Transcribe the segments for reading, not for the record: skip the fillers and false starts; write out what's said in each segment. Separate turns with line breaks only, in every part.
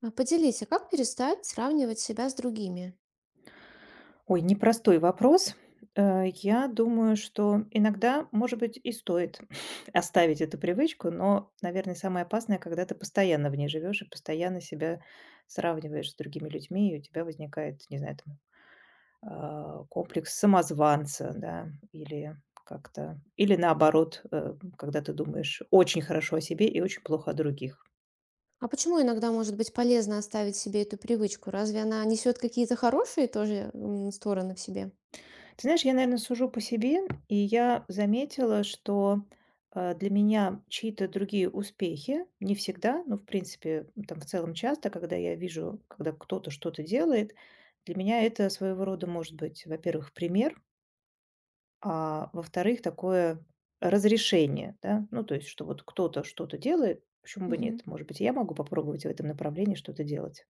Поделись, а как перестать сравнивать себя с другими?
Ой, непростой вопрос. Я думаю, что иногда, может быть, и стоит оставить эту привычку, но, наверное, самое опасное, когда ты постоянно в ней живешь и постоянно себя сравниваешь с другими людьми, и у тебя возникает, не знаю, там, комплекс самозванца, да, или как-то, или наоборот, когда ты думаешь очень хорошо о себе и очень плохо о других.
А почему иногда может быть полезно оставить себе эту привычку? Разве она несет какие-то хорошие тоже стороны в себе?
Ты знаешь, я, наверное, сужу по себе, и я заметила, что для меня чьи-то другие успехи, не всегда, но, в принципе, там в целом часто, когда я вижу, когда кто-то что-то делает, для меня это своего рода может быть, во-первых, пример, а во-вторых, такое разрешение, да, ну, то есть, что вот кто-то что-то делает, почему бы
Мгм.
нет, может быть, и я могу попробовать в этом направлении что-то делать.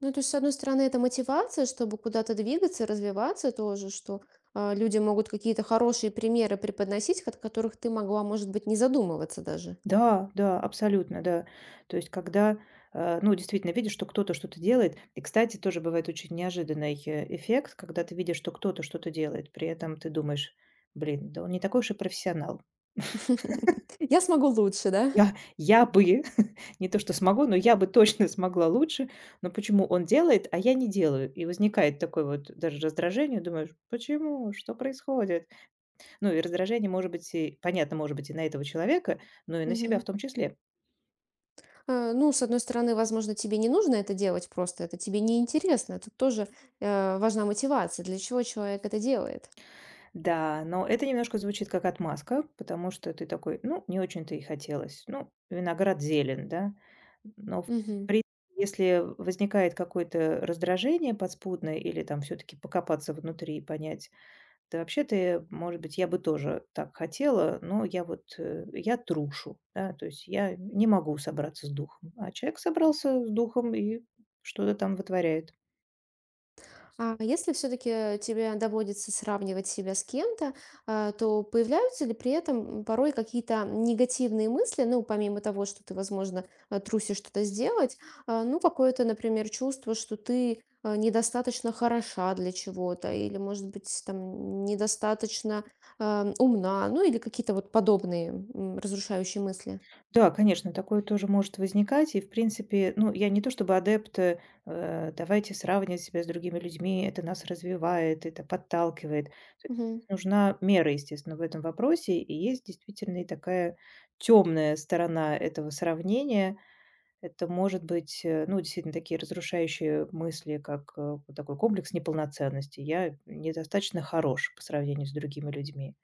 Ну, то есть, с одной стороны, это мотивация, чтобы куда-то двигаться, развиваться тоже, что люди могут какие-то хорошие примеры преподносить, от которых ты могла, может быть, не задумываться даже.
Да, да, абсолютно, да. То есть когда, ну, действительно видишь, что кто-то что-то делает. И, кстати, тоже бывает очень неожиданный эффект, когда ты видишь, что кто-то что-то делает. При этом ты думаешь, блин, да он не такой уж и профессионал.
Я смогу лучше, да?
Я бы, не то что смогу, но я бы точно смогла лучше. Но почему он делает, а я не делаю? И возникает такое вот даже раздражение. Думаешь, почему? Что происходит? Ну и раздражение может быть, и, понятно, может быть и на этого человека, но и на себя
Мгм.
в том числе.
Ну, с одной стороны, возможно, тебе не нужно это делать просто, это тебе неинтересно. Тут тоже, важна мотивация, для чего человек это делает.
Да, но это немножко звучит как отмазка, потому что ты такой: «Ну, не очень-то и хотелось». Ну, виноград зелен, да? Но в
Мгм.
принципе, если возникает какое-то раздражение подспудное или там все таки покопаться внутри и понять: «Да вообще-то, может быть, я бы тоже так хотела, но я вот, я трушу», да, то есть я не могу собраться с духом. А человек собрался с духом и что-то там вытворяет.
А если все-таки тебе доводится сравнивать себя с кем-то, то появляются ли при этом порой какие-то негативные мысли, ну, помимо того, что ты, возможно, трусишь что-то сделать, а, ну, какое-то, например, чувство, что ты недостаточно хороша для чего-то, или, может быть, там, недостаточно умна, ну, или какие-то вот подобные разрушающие мысли.
Да, конечно, такое тоже может возникать. И, в принципе, ну, я не то чтобы адепт, давайте сравнивать себя с другими людьми, это нас развивает, это подталкивает.
Мгм.
Нужна мера, естественно, в этом вопросе. И есть действительно и такая темная сторона этого сравнения. Это может быть, ну, действительно, такие разрушающие мысли, как вот такой комплекс неполноценности. Я недостаточно хорош по сравнению с другими людьми.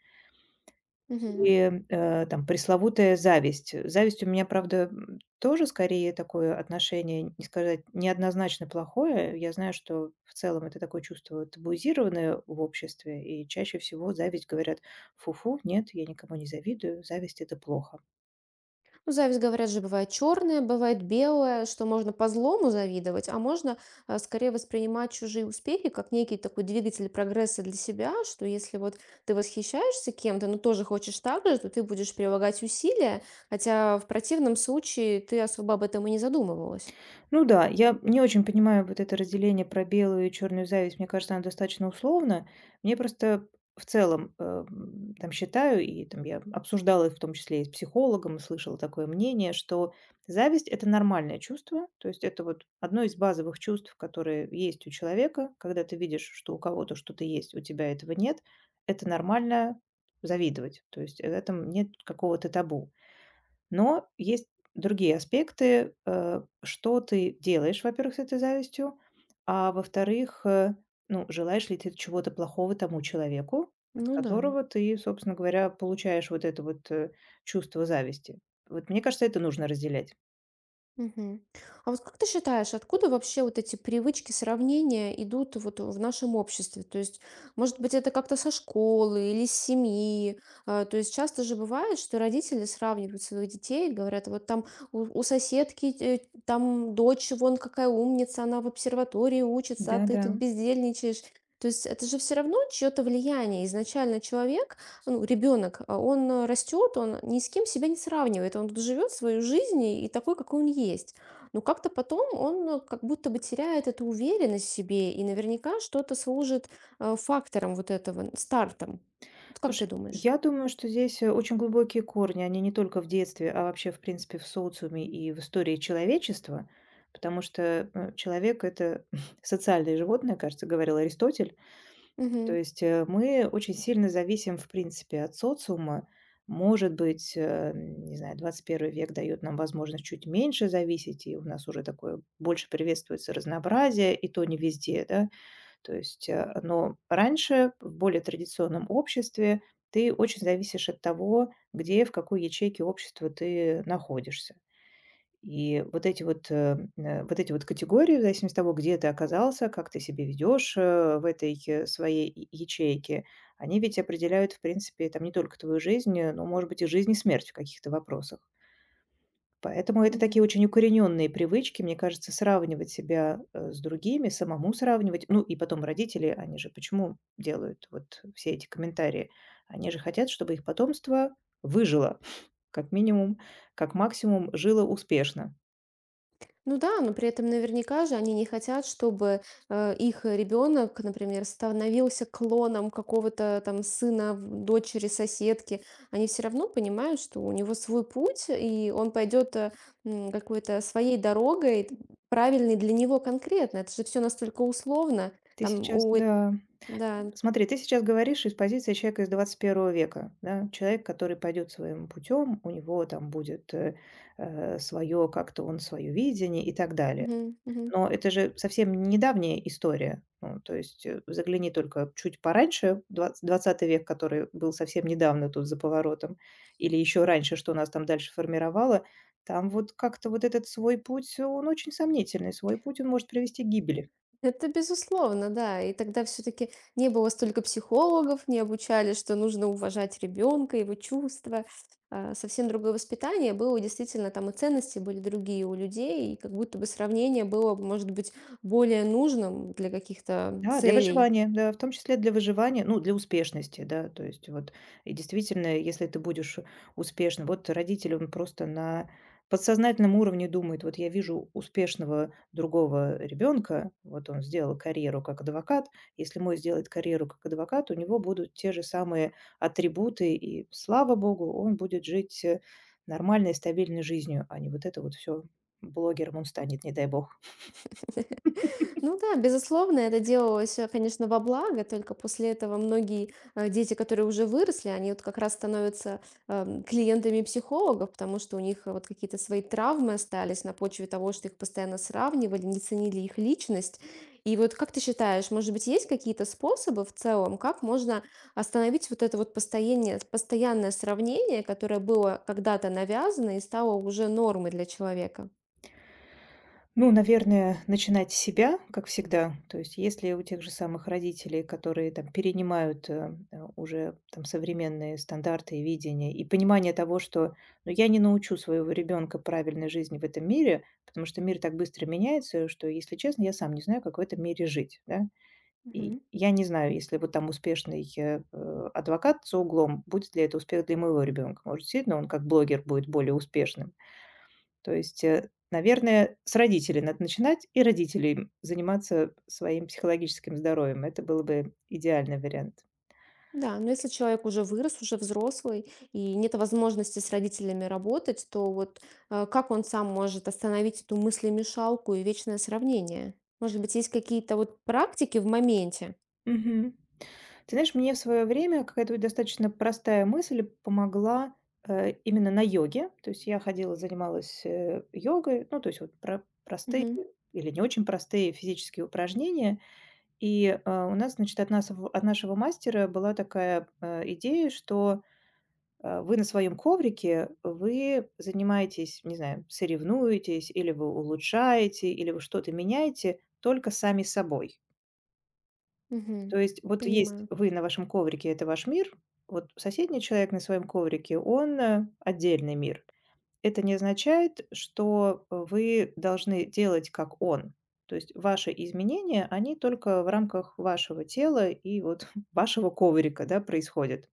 Мгм.
И, там пресловутая зависть. Зависть у меня, правда, тоже скорее такое отношение, не сказать, неоднозначно плохое. Я знаю, что в целом это такое чувство табуизированное в обществе, и чаще всего зависть говорят: «Фу-фу, нет, я никому не завидую, зависть — это плохо».
Ну, зависть, говорят же, бывает черная, бывает белая, что можно по злому завидовать, а можно скорее воспринимать чужие успехи как некий такой двигатель прогресса для себя, что если вот ты восхищаешься кем-то, но тоже хочешь так же, то ты будешь прилагать усилия, хотя в противном случае ты особо об этом и не задумывалась.
Ну да, я не очень понимаю вот это разделение про белую и черную зависть. Мне кажется, оно достаточно условно. Мне просто в целом, там считаю, и там я обсуждала их в том числе и с психологом, и слышала такое мнение, что зависть — это нормальное чувство, то есть это вот одно из базовых чувств, которые есть у человека, когда ты видишь, что у кого-то что-то есть, у тебя этого нет, это нормально завидовать, то есть в этом нет какого-то табу. Но есть другие аспекты, что ты делаешь, во-первых, с этой завистью, а во-вторых, ну, желаешь ли ты чего-то плохого тому человеку, от
Ну да.
которого ты, собственно говоря, получаешь вот это вот чувство зависти. Вот мне кажется, это нужно разделять.
Мгм. А вот как ты считаешь, откуда вообще вот эти привычки сравнения идут вот в нашем обществе? То есть, может быть, это как-то со школы или с семьи? То есть часто же бывает, что родители сравнивают своих детей, говорят, вот там у соседки там дочь, вон какая умница, она в обсерватории учится, а ты
Да-да.
тут бездельничаешь. То есть это же все равно чье-то влияние. Изначально человек ну, ребенок, он растет, он ни с кем себя не сравнивает, он тут живет свою жизнь и такой, какой он есть. Но как-то потом он как будто бы теряет эту уверенность в себе, и наверняка что-то служит фактором вот этого, стартом. Вот как ты
Слушай,
думаешь?
я думаю, что здесь очень глубокие корни, они не только в детстве, а вообще, в принципе, в социуме и в истории человечества, потому что человек — это социальное животное, кажется, говорил Аристотель. То
Мгм.
есть, мы очень сильно зависим, в принципе, от социума. Может быть, не знаю, 21-й век дает нам возможность чуть меньше зависеть, и у нас уже такое больше приветствуется разнообразие, и то не везде, да. То есть, но раньше в более традиционном обществе ты очень зависишь от того, где, в какой ячейке общества ты находишься. И вот эти вот, вот эти вот категории, в зависимости от того, где ты оказался, как ты себя ведешь в этой своей ячейке, они ведь определяют, в принципе, там не только твою жизнь, но, может быть, и жизнь и смерть в каких-то вопросах. Поэтому это такие
Мгм.
очень укорененные привычки, мне кажется, сравнивать себя с другими, самому сравнивать. Ну и потом родители, они же почему делают вот все эти комментарии? Они же хотят, чтобы их потомство выжило, как минимум, как максимум жило успешно.
Ну да, но при этом наверняка же они не хотят, чтобы, их ребенок, например, становился клоном какого-то там сына, дочери, соседки. Они все равно понимают, что у него свой путь, и он пойдет какой-то своей дорогой, правильной для него конкретно. Это же все настолько условно.
Ты
Там
сейчас,
у... эт-
да.
Да.
Смотри, ты сейчас говоришь из позиции человека из 21-го века, да. Человек, который пойдет своим путем, у него там будет, свое, как-то он свое видение и так далее.
Мгм, мгм.
Но это же совсем недавняя история. Ну, то есть, загляни только чуть пораньше, двац 20 век, который был совсем недавно тут за поворотом, или еще раньше, что нас там дальше формировало. Там вот как-то вот этот свой путь, он очень сомнительный. Свой путь он может привести к гибели.
Это безусловно, да. И тогда все-таки не было столько психологов, не обучали, что нужно уважать ребенка, его чувства. Совсем другое воспитание было, действительно, там и ценности были другие у людей, и как будто бы сравнение было, может быть, более нужным для каких-то
Да, для
целей.
выживания, да, в том числе для выживания, ну, для успешности, да, то есть вот. И действительно, если ты будешь успешным вот родитель, он просто на подсознательном уровне думает: «Вот я вижу успешного другого ребенка, вот он сделал карьеру как адвокат. Если мой сделает карьеру как адвокат, у него будут те же самые атрибуты, и, слава богу, он будет жить, нормальной, стабильной жизнью, а не вот это вот все блогером он станет, не дай бог».
Ну да, безусловно, это делалось, конечно, во благо, только после этого многие дети, которые уже выросли, они вот как раз становятся клиентами психологов, потому что у них вот какие-то свои травмы остались на почве того, что их постоянно сравнивали, не ценили их личность. И вот как ты считаешь, может быть, есть какие-то способы в целом, как можно остановить вот это вот постоянное сравнение, которое было когда-то навязано и стало уже нормой для человека?
Ну, наверное, начинать с себя, как всегда. То есть, если у тех же самых родителей, которые там перенимают уже там современные стандарты и видения, и понимание того, что ну, я не научу своего ребенка правильной жизни в этом мире, потому что мир так быстро меняется, что, если честно, я сам не знаю, как в этом мире жить. Да? И я не знаю, если вот там успешный адвокат за углом, будет ли это успех для моего ребенка. Может, действительно, он как блогер будет более успешным. То есть, наверное, с родителей надо начинать и родителей заниматься своим психологическим здоровьем. Это был бы идеальный вариант.
Да, но если человек уже вырос, уже взрослый, и нет возможности с родителями работать, то вот как он сам может остановить эту мыслемешалку и вечное сравнение? Может быть, есть какие-то вот практики в моменте?
Мгм. Ты знаешь, мне в свое время какая-то вот достаточно простая мысль помогла, именно на йоге. То есть я ходила, занималась, йогой, ну, то есть вот про простые
Мгм,
или не очень простые физические упражнения. И, у нас, значит, от нашего мастера была такая, идея, что вы на своем коврике, вы занимаетесь, не знаю, соревнуетесь, или вы улучшаете, или вы что-то меняете только сами собой. То
мгм.
есть вот есть
Понимаю.
вы на вашем коврике, это ваш мир, вот соседний человек на своем коврике, он отдельный мир. Это не означает, что вы должны делать как он. То есть ваши изменения, они только в рамках вашего тела и вот вашего коврика да, происходят.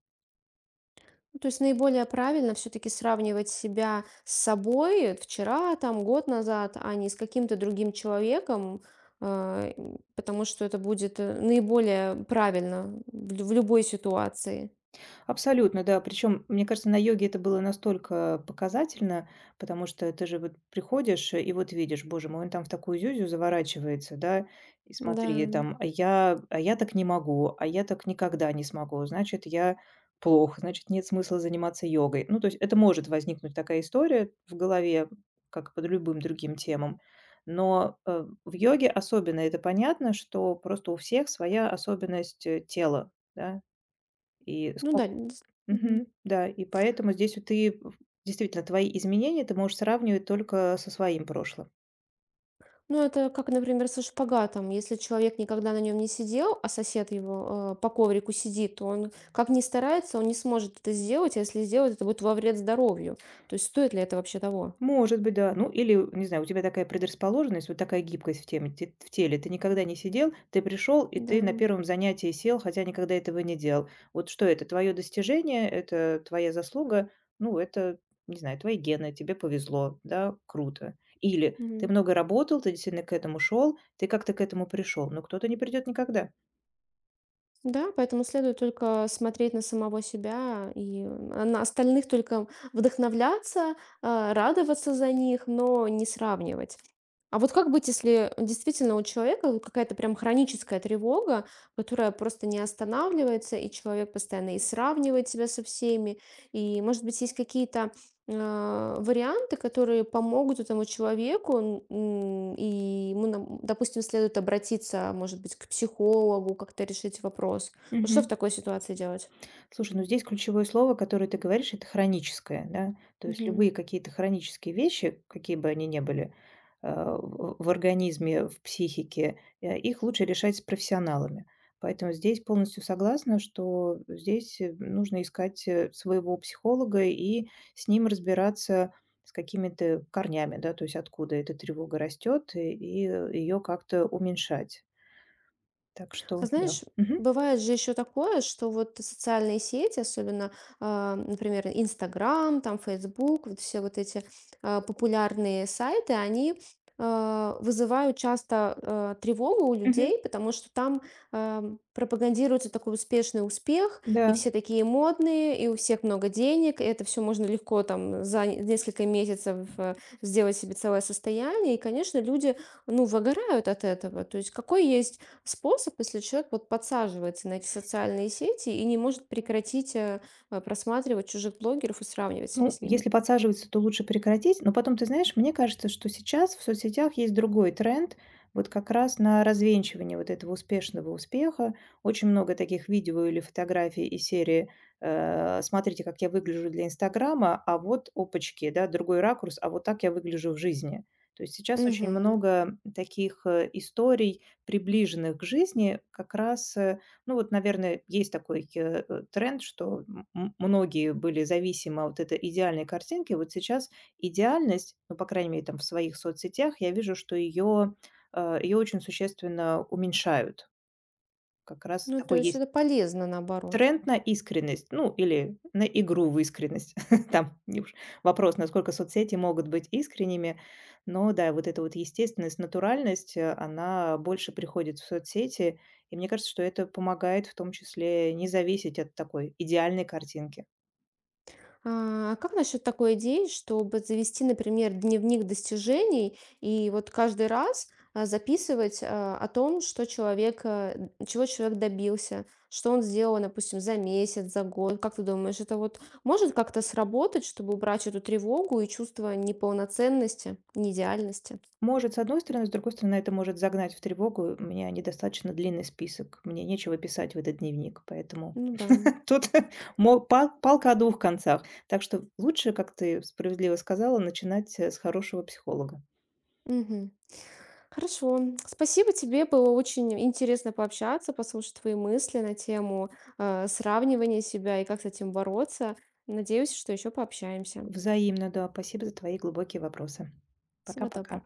Ну, то есть наиболее правильно все-таки сравнивать себя с собой вчера, там, год назад, а не с каким-то другим человеком, потому что это будет наиболее правильно в в любой ситуации.
Абсолютно, да. Причем, мне кажется, на йоге это было настолько показательно, потому что ты же вот приходишь и вот видишь, боже мой, он там в такую зюзю заворачивается, да, и
Да.
смотри, там, а я так не могу, а я так никогда не смогу, значит, я плохо, значит, нет смысла заниматься йогой. Ну, то есть это может возникнуть такая история в голове, как и под любым другим темам. Но в йоге особенно это понятно, что просто у всех своя особенность тела, да, и
Ну да,
сколько
н с мгм.
Мгм. Да, и поэтому здесь вот ты в действительно, твои изменения ты можешь сравнивать только со своим прошлым.
Ну, это как, например, со шпагатом. Если человек никогда на нем не сидел, а сосед его, по коврику сидит, то он как ни старается, он не сможет это сделать, а если сделать, это будет во вред здоровью. То есть стоит ли это вообще того?
Может быть, да. Ну, или, не знаю, у тебя такая предрасположенность, вот такая гибкость в теме те в теле. Ты никогда не сидел, ты пришел, и
Да.
ты на первом занятии сел, хотя никогда этого не делал. Вот что это? Твое достижение, это твоя заслуга, ну, это, не знаю, твои гены, тебе повезло, да, круто. Или ты
Мгм.
много работал, ты действительно к этому шел, ты как-то к этому пришел, но кто-то не придет никогда.
Да, поэтому следует только смотреть на самого себя и на остальных только вдохновляться, радоваться за них, но не сравнивать. А вот как быть, если действительно у человека вот какая-то прям хроническая тревога, которая просто не останавливается, и человек постоянно и сравнивает себя со всеми, и, может быть, есть какие-то варианты, которые помогут этому человеку, и ему, нам, допустим, следует обратиться, может быть, к психологу, как-то решить вопрос. Вот что в
Мгм.
такой ситуации делать?
Слушай, ну здесь ключевое слово, которое ты говоришь, это хроническое, да. То есть любые какие-то хронические вещи, какие бы они ни были, в организме, в психике, их лучше решать с профессионалами. Поэтому здесь полностью согласна, что здесь, нужно искать, своего психолога и с ним разбираться с какими-то корнями, да, то есть откуда эта тревога растет, и ее как-то уменьшать. Так
А
что да.
знаешь,
Мгм.
бывает же еще такое, что вот социальные сети, особенно, например, Инстаграм, там Фейсбук, вот все вот эти популярные сайты, они вызывают часто тревогу у
Мгм.
людей, потому что там а, пропагандируется такой успешный успех, и
Да.
все такие модные, и у всех много денег, и это все можно легко там за несколько месяцев сделать себе целое состояние, и, конечно, люди, ну, выгорают от этого. То есть какой есть способ, если человек вот подсаживается на эти социальные сети и не может прекратить просматривать чужих блогеров и сравнивать себя
Ну,
с ними.
если подсаживаться, то лучше прекратить. Но потом, ты знаешь, мне кажется, что сейчас в соцсетях есть другой тренд, вот как раз на развенчивание вот этого успешного успеха. Очень много таких видео или фотографий из серии «Смотрите, как я выгляжу для Инстаграма», а вот, опачки, да, другой ракурс, а вот так я выгляжу в жизни. То есть сейчас очень
Мгм.
много таких историй, приближенных к жизни, как раз ну вот, наверное, есть такой тренд, что многие были зависимы от этой идеальной картинки. Вот сейчас идеальность, ну, по крайней мере, там в своих соцсетях, я вижу, что ее, ее очень существенно уменьшают. Как раз
Ну, то
такой
есть
есть
это полезно наоборот.
тренд на искренность, ну, или на игру в искренность. Там не уж вопрос, насколько соцсети могут быть искренними. Но да, вот эта вот естественность, натуральность, она больше приходит в соцсети. И мне кажется, что это помогает в том числе не зависеть от такой идеальной картинки.
А как насчет такой идеи, чтобы завести, например, дневник достижений и вот каждый раз записывать о том, что человек, чего человек добился, что он сделал, допустим, за месяц, за год. Как ты думаешь, это вот может как-то сработать, чтобы убрать эту тревогу и чувство неполноценности, неидеальности?
Может, с одной стороны, с другой стороны, это может загнать в тревогу. У меня недостаточно длинный список, мне нечего писать в этот дневник, поэтому
Ну да.
тут мо пал палка о 2 концах. Так что лучше, как ты справедливо сказала, начинать, с хорошего психолога.
Мгм. Хорошо. Спасибо тебе. Было очень интересно пообщаться, послушать твои мысли на тему сравнивания себя и как с этим бороться. Надеюсь, что еще пообщаемся.
Взаимно, да. Спасибо за твои глубокие вопросы.
Всего доброго.
Пока-пока.